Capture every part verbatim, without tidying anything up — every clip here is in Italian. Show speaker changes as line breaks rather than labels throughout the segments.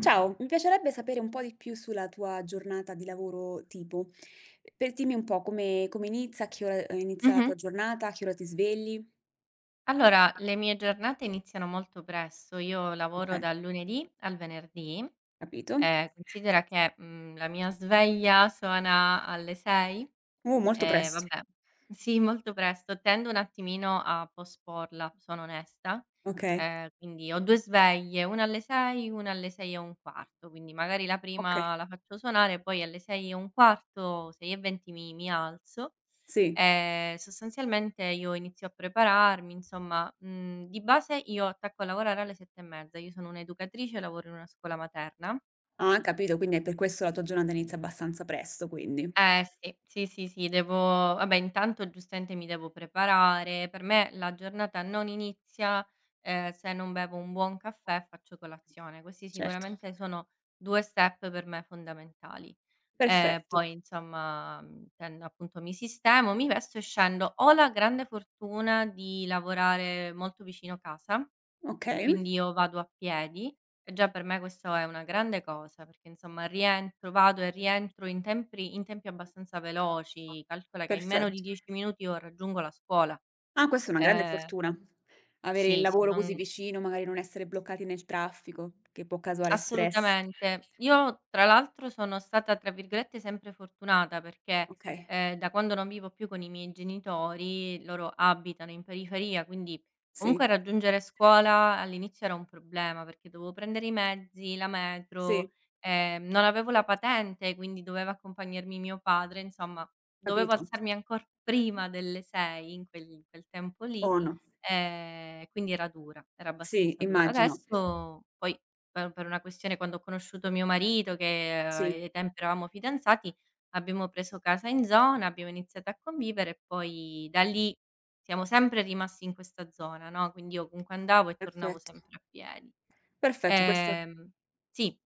Ciao, mi piacerebbe sapere un po' di più sulla tua giornata di lavoro tipo. Per dimmi un po' come, come inizia, a che ora eh, inizia la
Mh-mh.
tua giornata, a che ora ti svegli.
Allora, le mie giornate iniziano molto presto. Io
Ok,
lavoro dal lunedì al venerdì
capito.
e considera che, mhmm, la mia sveglia suona alle sei.
Uh, molto
Ehm,
presto.
vabbè sì, molto presto. Tendo un attimino a posporla, sono onesta.
Ok,
Ehm, quindi ho due sveglie, una alle sei, una alle sei e un quarto, quindi magari la
ok,
prima la faccio suonare, poi alle sei e un quarto, sei e venti mi mi alzo.
sì.
Ehm, sostanzialmente io inizio a prepararmi, insomma, mhmm, di base io attacco a lavorare alle sette e mezza. Io sono un'educatrice, lavoro in una scuola materna.
Ah, capito, quindi è per questo la tua giornata inizia abbastanza presto, quindi.
Eh sì, sì, sì, sì, devo vabbè intanto giustamente mi devo preparare. Per me la giornata non inizia, ehm, se non bevo un buon caffè e faccio colazione. Questi
Certo.
sicuramente sono due step per me fondamentali. Ehm,
Perfetto.
poi insomma, mhmm, ten appunto mi sistemo, mi vesto e scendo. Ho la grande fortuna di lavorare molto vicino casa,
Ok,
quindi io vado a piedi e già per me questo è una grande cosa, perché insomma rientro, vado e rientro in tempi in tempi abbastanza veloci. Calcola che in meno di
perfetto.
dieci minuti io raggiungo la scuola.
Ah, questa è una grande
Ehm
fortuna. Avere il
sì, sì,
lavoro così
non
vicino, magari non essere bloccati nel traffico, che può causare stress.
Assolutamente. Io tra l'altro sono stata, tra virgolette, "sempre fortunata" perché,
Ok,
ehm, da quando non vivo più con i miei genitori, loro abitano in periferia, quindi comunque
sì.
raggiungere scuola all'inizio era un problema perché dovevo prendere i mezzi, la metro,
Sì,
ehm, non avevo la patente, quindi doveva accompagnarmi mio padre, insomma dovevo
capito.
alzarmi ancor prima delle sei in quel in quel tempo lì.
O no.
Ehm, quindi era dura, era
Sì,
abbastanza dura.
immagino.
Adesso poi per per una questione, quando ho conosciuto mio marito che, eh,
Sì,
ai tempi eravamo fidanzati, abbiamo preso casa in zona, abbiamo iniziato a convivere e poi da lì siamo sempre rimasti in questa zona, no, quindi io comunque andavo e tornavo
perfetto.
sempre a piedi.
Perfetto, questo
Ehm sì.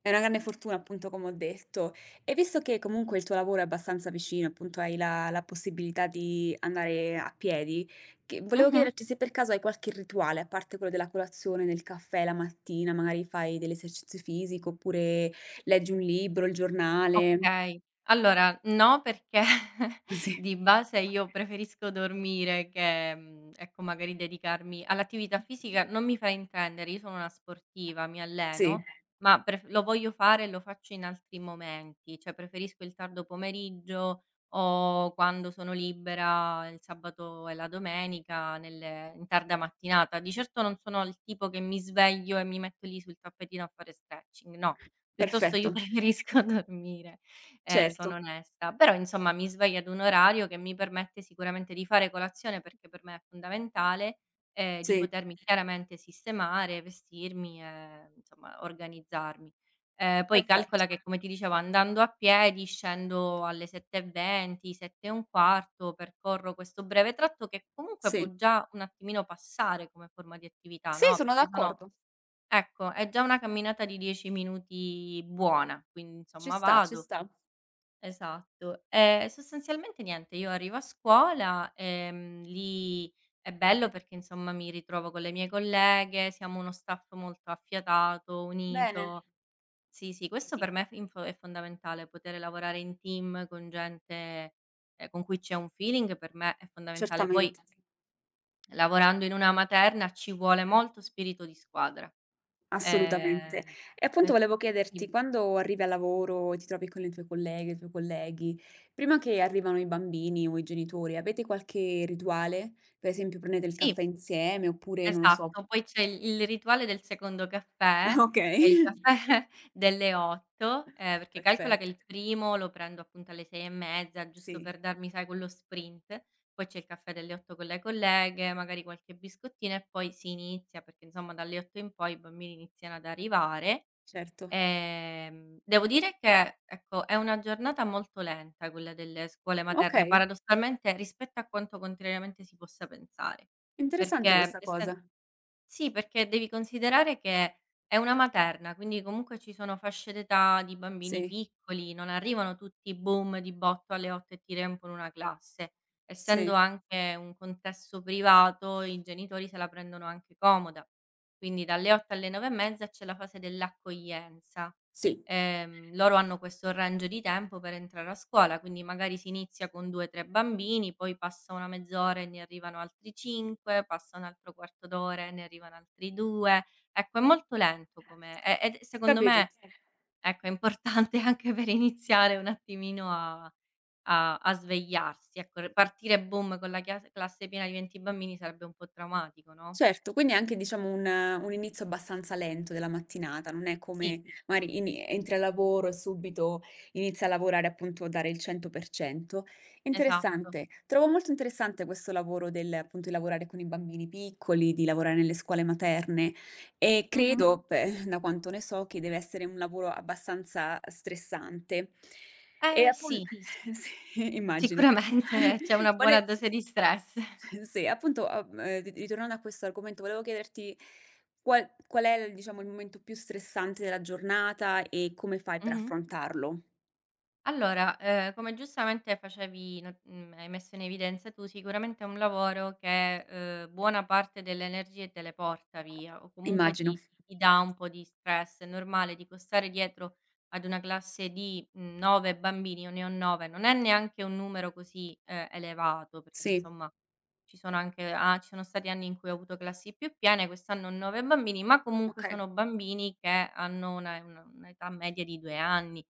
è una grande fortuna appunto come ho detto. E visto che comunque il tuo lavoro è abbastanza vicino, appunto hai la la possibilità di andare a piedi, che volevo
Mh-mh.
chiederti se per caso hai qualche rituale, a parte quello della colazione, del caffè la mattina, magari fai dell'esercizio fisico, oppure leggi un libro, il giornale.
Okay. Allora, no, perché
Sì.
di base io preferisco dormire che, mhmm, ecco, magari dedicarmi all'attività fisica non mi fa intendere, io sono una sportiva, mi
Sì,
alleno, ma pref lo voglio fare e lo faccio in altri momenti, cioè preferisco il tardo pomeriggio o quando sono libera il sabato e la domenica nelle in tarda mattinata. Di certo non sono il tipo che mi sveglio e mi metto lì sul tappetino a fare stretching, no. Piuttosto io
perfetto,
preferisco dormire, ehm, sono
certo,
onesta. Però insomma mi sveglio ad un orario che mi permette sicuramente di fare colazione, perché per me è fondamentale, ehm, di
sì.
potermi chiaramente sistemare, vestirmi e insomma organizzarmi. Ehm, poi
Perfetto.
calcola che, come ti dicevo, andando a piedi scendo alle sette e venti, sette e un quarto, percorro questo breve tratto che comunque può
Sì.
già un attimino passare come forma di attività,
Sì,
no.
sono
perché sono
d'accordo.
Ecco, è già una camminata di dieci minuti buona, quindi
Ci
insomma
sta, ci
vado,
sta.
esatto. Ehm, sostanzialmente niente, io arrivo a scuola, ehm, lì è bello perché insomma mi ritrovo con le mie colleghe, siamo uno staff molto affiatato,
Bene.
unito. Sì, sì, questo per me è f info è fondamentale, poter lavorare in team con gente, ehm, con cui c'è un feeling per me è fondamentale. Poi
Certamente,
lavorando in una materna ci vuole molto spirito di squadra.
assolutamente.
Ehm,
E appunto
per
volevo chiederti,
dimmi.
quando arrivi al lavoro e ti trovi con le tue colleghe, i tuoi colleghi, prima che arrivano i bambini o i genitori, avete qualche rituale? Per esempio prendete il
Sì,
caffè insieme oppure non lo so
esatto. Poi c'è il il rituale del secondo caffè, che è il
okay,
caffè delle otto, ehm, perché calcola che
perfetto.
il primo lo prendo appunto alle sei e mezza, giusto
Sì,
per darmi, sai, quello sprint. Poi c'è il caffè delle otto con le colleghe, magari qualche biscottino e poi si inizia, perché insomma dalle otto in poi i bambini iniziano ad arrivare.
certo.
Ehm, devo dire che, ecco, è una giornata molto lenta quella delle scuole materne,
Okay,
paradossalmente rispetto a quanto contrariamente si possa pensare.
interessante
Perché
questa
essen
cosa.
sì, perché devi considerare che è una materna, quindi comunque ci sono fasce d'età di bambini
Sì,
piccoli, non arrivano tutti boom di botto alle otto e ti riempiono una classe. Essendo
sì,
anche un contesto privato, i genitori se la prendono anche comoda. Quindi dalle otto alle nove e mezza c'è la fase dell'accoglienza,
sì,
ehm, loro hanno questo range di tempo per entrare a scuola, quindi magari si inizia con due, tre bambini, poi passa una mezz'ora e ne arrivano altri cinque, passa un altro quarto d'ora e ne arrivano altri due. Ecco, è molto lento come e ed secondo
capito.
me, ecco, è importante anche per iniziare un attimino a a a svegliarsi, ecco, r partire boom con la chias classe piena di venti bambini sarebbe un po' traumatico, no?
Certo, quindi è anche diciamo un un inizio abbastanza lento della mattinata, non è
Sì,
come magari ini entri al lavoro e subito inizi a lavorare appunto, a dare il cento per cento.
esatto.
Interessante, trovo molto interessante questo lavoro del appunto, di lavorare con i bambini piccoli, di lavorare nelle scuole materne e
Mh-mh.
credo, pe da quanto ne so, che deve essere un lavoro abbastanza stressante. E
Eh
appun
sì, sì.
sì, immagino.
Sicuramente c'è una buona
Vole
dose di stress.
Sì, appunto, a ehm, ri ritornando a questo argomento, volevo chiederti qual qual è il diciamo, il momento più stressante della giornata e come fai per
Mh-mh.
affrontarlo?
Allora, ehm, come giustamente facevi not mhmm, hai messo in evidenza tu, sicuramente è un lavoro che, ehm, buona parte delle energie te le porta via o comunque
Immagino.
ti ti dà un po' di stress. È normale, dico, stare dietro ad una classe di, mhmm, nove bambini, io ne ho nove, non è neanche un numero così, ehm, elevato, perché
Sì,
insomma ci sono anche a ci sono stati anni in cui ho avuto classi più piene, quest'anno ho nove bambini, ma comunque
okay,
sono bambini che hanno una una un'età media di due anni.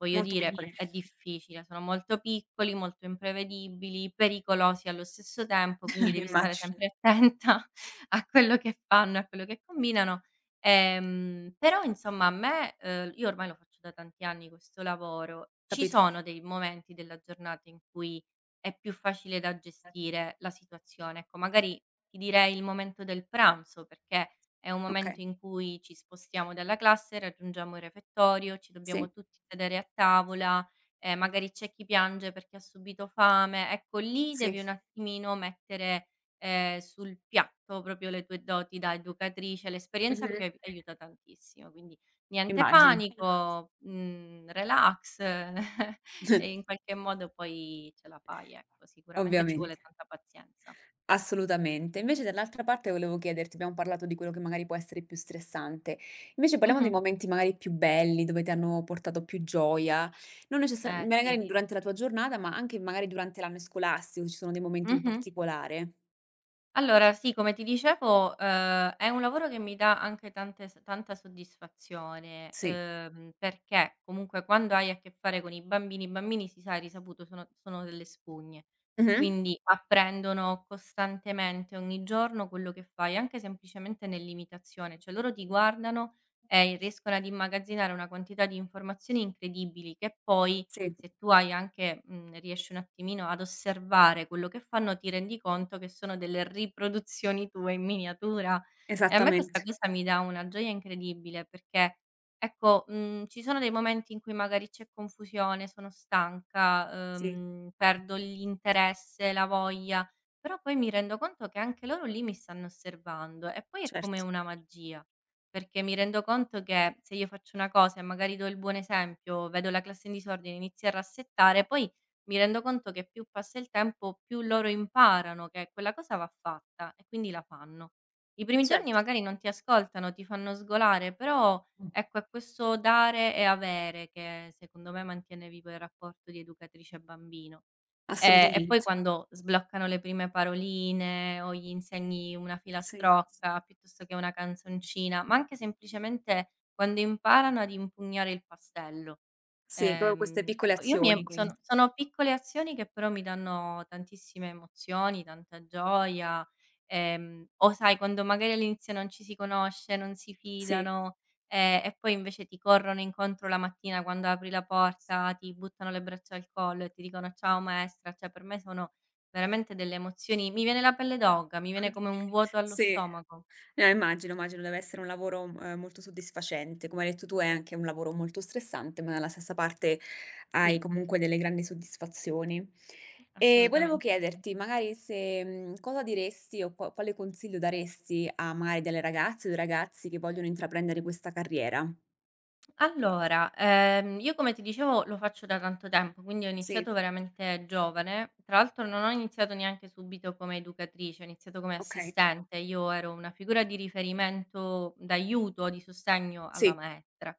Voglio
molto
dire,
piccole,
è difficile, sono molto piccoli, molto imprevedibili, pericolosi allo stesso tempo, quindi devi stare
immagino,
sempre attenta a quello che fanno, a quello che combinano. Ehm, però insomma a me, ehm, io ormai lo faccio da tanti anni questo lavoro, ci
capito.
sono dei momenti della giornata in cui è più facile da gestire la situazione. Ecco, magari ti direi il momento del pranzo, perché è un momento
Okay,
in cui ci spostiamo dalla classe, raggiungiamo il refettorio, ci dobbiamo
sì,
tutti sedere a tavola, ehm, magari c'è chi piange perché ha subito fame. Ecco, lì
sì.
devi un attimino mettere, ehm, sul piatto proprio le tue doti da educatrice. L'esperienza qui
Mh-mh.
ai aiuta tantissimo, quindi niente
Immagino.
panico, mhmm, relax, e in qualche modo poi ce la fai, ecco. Sicuramente ci vuole
Ovviamente.
tanta pazienza.
Assolutamente. Invece dall'altra parte volevo chiederti, abbiamo parlato di quello che magari può essere più stressante, invece parliamo dei
Mh-mh.
momenti magari più belli, dove ti hanno portato più gioia, non necessar
Eh, sì.
magari durante la tua giornata, ma anche magari durante l'anno scolastico, ci sono dei momenti in
Mh-mh.
particolare.
Allora sì, come ti dicevo, ehm, è un lavoro che mi dà anche tante s tanta soddisfazione,
Sì.
ehm, perché comunque quando hai a che fare con i bambini, i bambini si sa, è risaputo, sono sono delle spugne,
Mh-mh.
quindi apprendono costantemente ogni giorno quello che fai, anche semplicemente nell'imitazione, cioè loro ti guardano e riescono ad immagazzinare una quantità di informazioni incredibili che poi,
Sì,
se tu hai anche, mhmm, riesci un attimino ad osservare quello che fanno, ti rendi conto che sono delle riproduzioni tue in miniatura. E a me questa
esattamente.
cosa mi dà una gioia incredibile, perché, ecco, mhmm, ci sono dei momenti in cui magari c'è confusione, sono stanca,
Sì,
uhm, perdo l'interesse, la voglia, però poi mi rendo conto che anche loro lì mi stanno osservando e poi è come
certo,
una magia. Perché mi rendo conto che se io faccio una cosa e magari do il buon esempio, vedo la classe in disordine, inizio a rassettare, poi mi rendo conto che più passa il tempo, più loro imparano che quella cosa va fatta e quindi la fanno. I primi giorni
certo.
magari non ti ascoltano, ti fanno sgolare, però
Mh.
ecco è questo dare e avere che secondo me mantiene vivo il rapporto di educatrice e bambino. Ehm, e poi
Assolutamente.
quando sbloccano le prime paroline o gli insegni una
Sì.
filastrocca piuttosto che una canzoncina, ma anche semplicemente quando imparano ad impugnare il pastello.
Sì, proprio queste
Ehm,
piccole
ecco io mi
azioni
em
quindi.
sono sono piccole azioni che però mi danno tantissime emozioni, tanta gioia, ehm, o sai quando magari all'inizio non ci si conosce, non si
Sì.
fidano. Ehm, e poi invece ti corrono incontro la mattina quando apri la porta, ti buttano le braccia al collo e ti dicono: "Ciao maestra." Cioè per me sono veramente delle emozioni, mi viene la pelle d'oca, mi viene come un vuoto allo
Sì.
stomaco.
Eh, immagino, immagino, deve essere un lavoro, ehm, molto soddisfacente. Come hai detto tu è anche un lavoro molto stressante, ma dalla stessa parte hai
Sì,
comunque delle grandi soddisfazioni. E volevo
assolutamente sì.
chiederti magari se mhmm, cosa diresti o qua quale consiglio daresti a magari delle ragazze o dei ragazzi che vogliono intraprendere questa carriera?
Allora, ehm, io, come ti dicevo, lo faccio da tanto tempo, quindi ho
Sì.
iniziato veramente giovane. Tra l'altro non ho iniziato neanche subito come educatrice, ho iniziato come
Okay.
assistente. Io ero una figura di riferimento, d'aiuto, di sostegno alla
Sì.
maestra.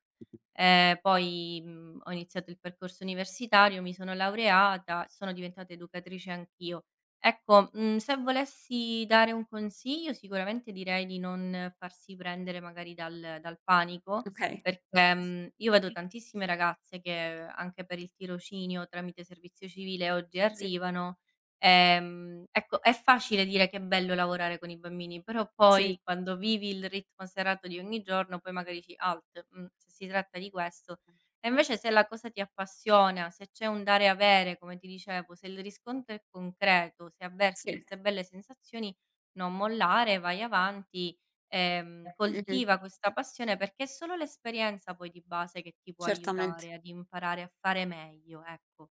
Eh, poi mh, ho iniziato il percorso universitario, mi sono laureata, sono diventata educatrice anch'io. Ecco, mh, se volessi dare un consiglio, sicuramente direi di non farsi prendere magari dal, dal panico,
Okay.
perché, mhmm, io vedo tantissime ragazze che anche per il tirocinio tramite servizio civile oggi
Sì,
arrivano, ehm, ecco è facile dire che è bello lavorare con i bambini, però
sì,
poi quando vivi il ritmo serrato di ogni giorno poi magari dici: "Alt, mhmm, se si tratta di questo". E invece se la cosa ti appassiona, se c'è un dare e avere, come ti dicevo, se il riscontro è concreto, se avverti
sì.
queste belle sensazioni, non mollare, vai avanti, ehm,
Mh-mh.
coltiva questa passione perché è solo l'esperienza poi di base che ti può
Certamente.
aiutare ad imparare a fare meglio, ecco.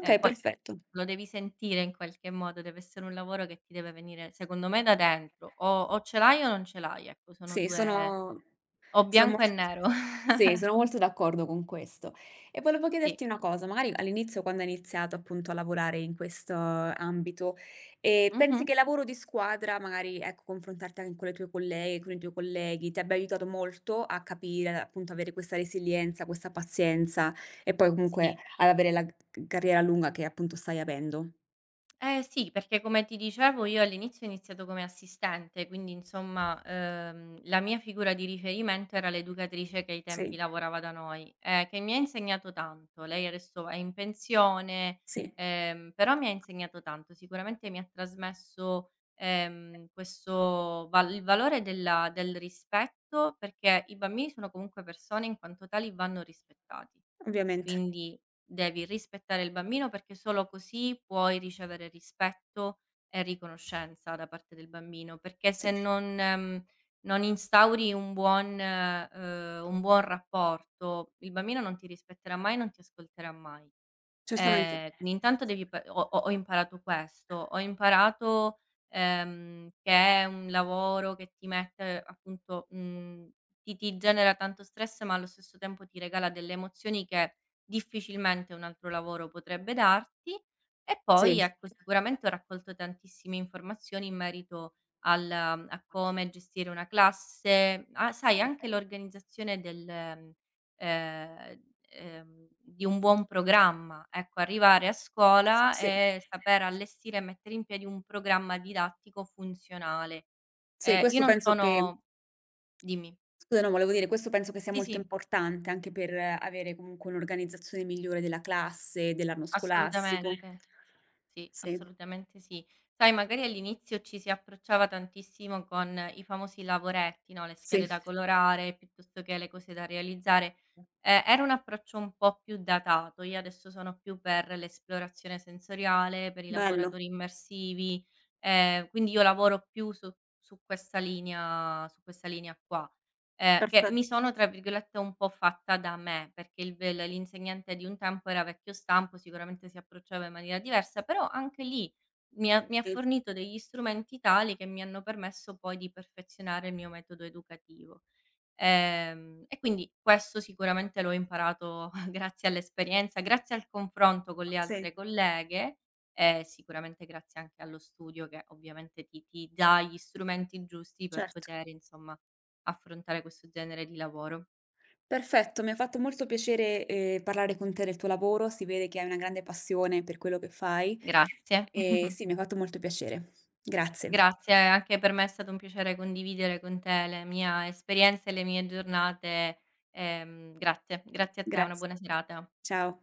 Ehm, poi se
perfetto.
lo devi sentire in qualche modo, deve essere un lavoro che ti deve venire secondo me da dentro, o o ce l'hai o non ce l'hai, ecco sono
Sì,
due,
sono
o
sono mol
bianco e nero.
sì, sono molto d'accordo con questo. E volevo
Sì.
chiederti una cosa, magari all'inizio quando hai iniziato appunto a lavorare in questo ambito, ehm, pensi
Mh-mh.
che il lavoro di squadra, magari ecco, confrontarti anche con le tue colleghe, con i tuoi colleghi, ti abbia aiutato molto a capire, appunto avere questa resilienza, questa pazienza e poi
Sì.
comunque ad avere la c carriera lunga che appunto stai avendo?
Eh sì, perché come ti dicevo io all'inizio ho iniziato come assistente, quindi insomma, ehm, la mia figura di riferimento era l'educatrice che ai tempi
Sì,
lavorava da noi, ehm, che mi ha insegnato tanto. Lei adesso è in pensione,
sì,
ehm, però mi ha insegnato tanto. Sicuramente mi ha trasmesso, ehm, questo val il valore della del rispetto, perché i bambini sono comunque persone, in quanto tali vanno rispettati.
ovviamente.
Quindi devi rispettare il bambino perché solo così puoi ricevere rispetto e riconoscenza da parte del bambino, perché se
Sì,
non ehm, non instauri un buon ehm, un buon rapporto, il bambino non ti rispetterà mai, non ti ascolterà mai.
certamente.
Ehm, quindi intanto devi pa ho ho ho imparato questo, ho imparato, ehm, che è un lavoro che ti mette appunto, mhmm, ti ti genera tanto stress, ma allo stesso tempo ti regala delle emozioni che difficilmente un altro lavoro potrebbe darti. E
Sì.
poi ecco, sicuramente ho raccolto tantissime informazioni in merito al a come gestire una classe, a, sai, anche l'organizzazione del ehm, ehm, di un buon programma. Ecco, arrivare a
S
scuola
sì,
e saper allestire e mettere in piedi un programma didattico funzionale.
sì,
Ehm, io
questo
non
penso che
sono dimmi.
scusa, no, volevo dire, questo penso che sia
Sì,
molto
sì,
importante anche per avere comunque un'organizzazione migliore della classe, dell'anno scolastico.
assolutamente. Sì,
Sì,
assolutamente sì. Sai, magari all'inizio ci si approcciava tantissimo con i famosi lavoretti, no, le
sì,
schede da colorare piuttosto che le cose da realizzare. Ehm, era un approccio un po' più datato. Io adesso sono più per l'esplorazione sensoriale, per i
bello,
laboratori immersivi, ehm, quindi io lavoro più su su questa linea, su questa linea qua. Ehm, che mi
perfetto.
sono, tra virgolette, un po' "fatta da me", perché il ve l l'insegnante di un tempo era vecchio stampo, sicuramente si approcciava in maniera diversa, però anche lì mi ha mi ha
Sì,
fornito degli strumenti tali che mi hanno permesso poi di perfezionare il mio metodo educativo. Ehm, e quindi questo sicuramente l'ho imparato grazie all'esperienza, grazie al confronto con le altre
sì,
colleghe e sicuramente grazie anche allo studio che ovviamente ti ti dà gli strumenti giusti per
certo.
poter, insomma, affrontare questo genere di lavoro.
Perfetto, mi ha fatto molto piacere, ehm, parlare con te del tuo lavoro, si vede che hai una grande passione per quello che fai
Grazie.
e sì, mi ha fatto molto piacere. Grazie.
Grazie, anche per me è stato un piacere condividere con te la mia esperienza e le mie giornate, ehm, grazie. Grazie a te, una
Grazie.
buona serata.
Ciao.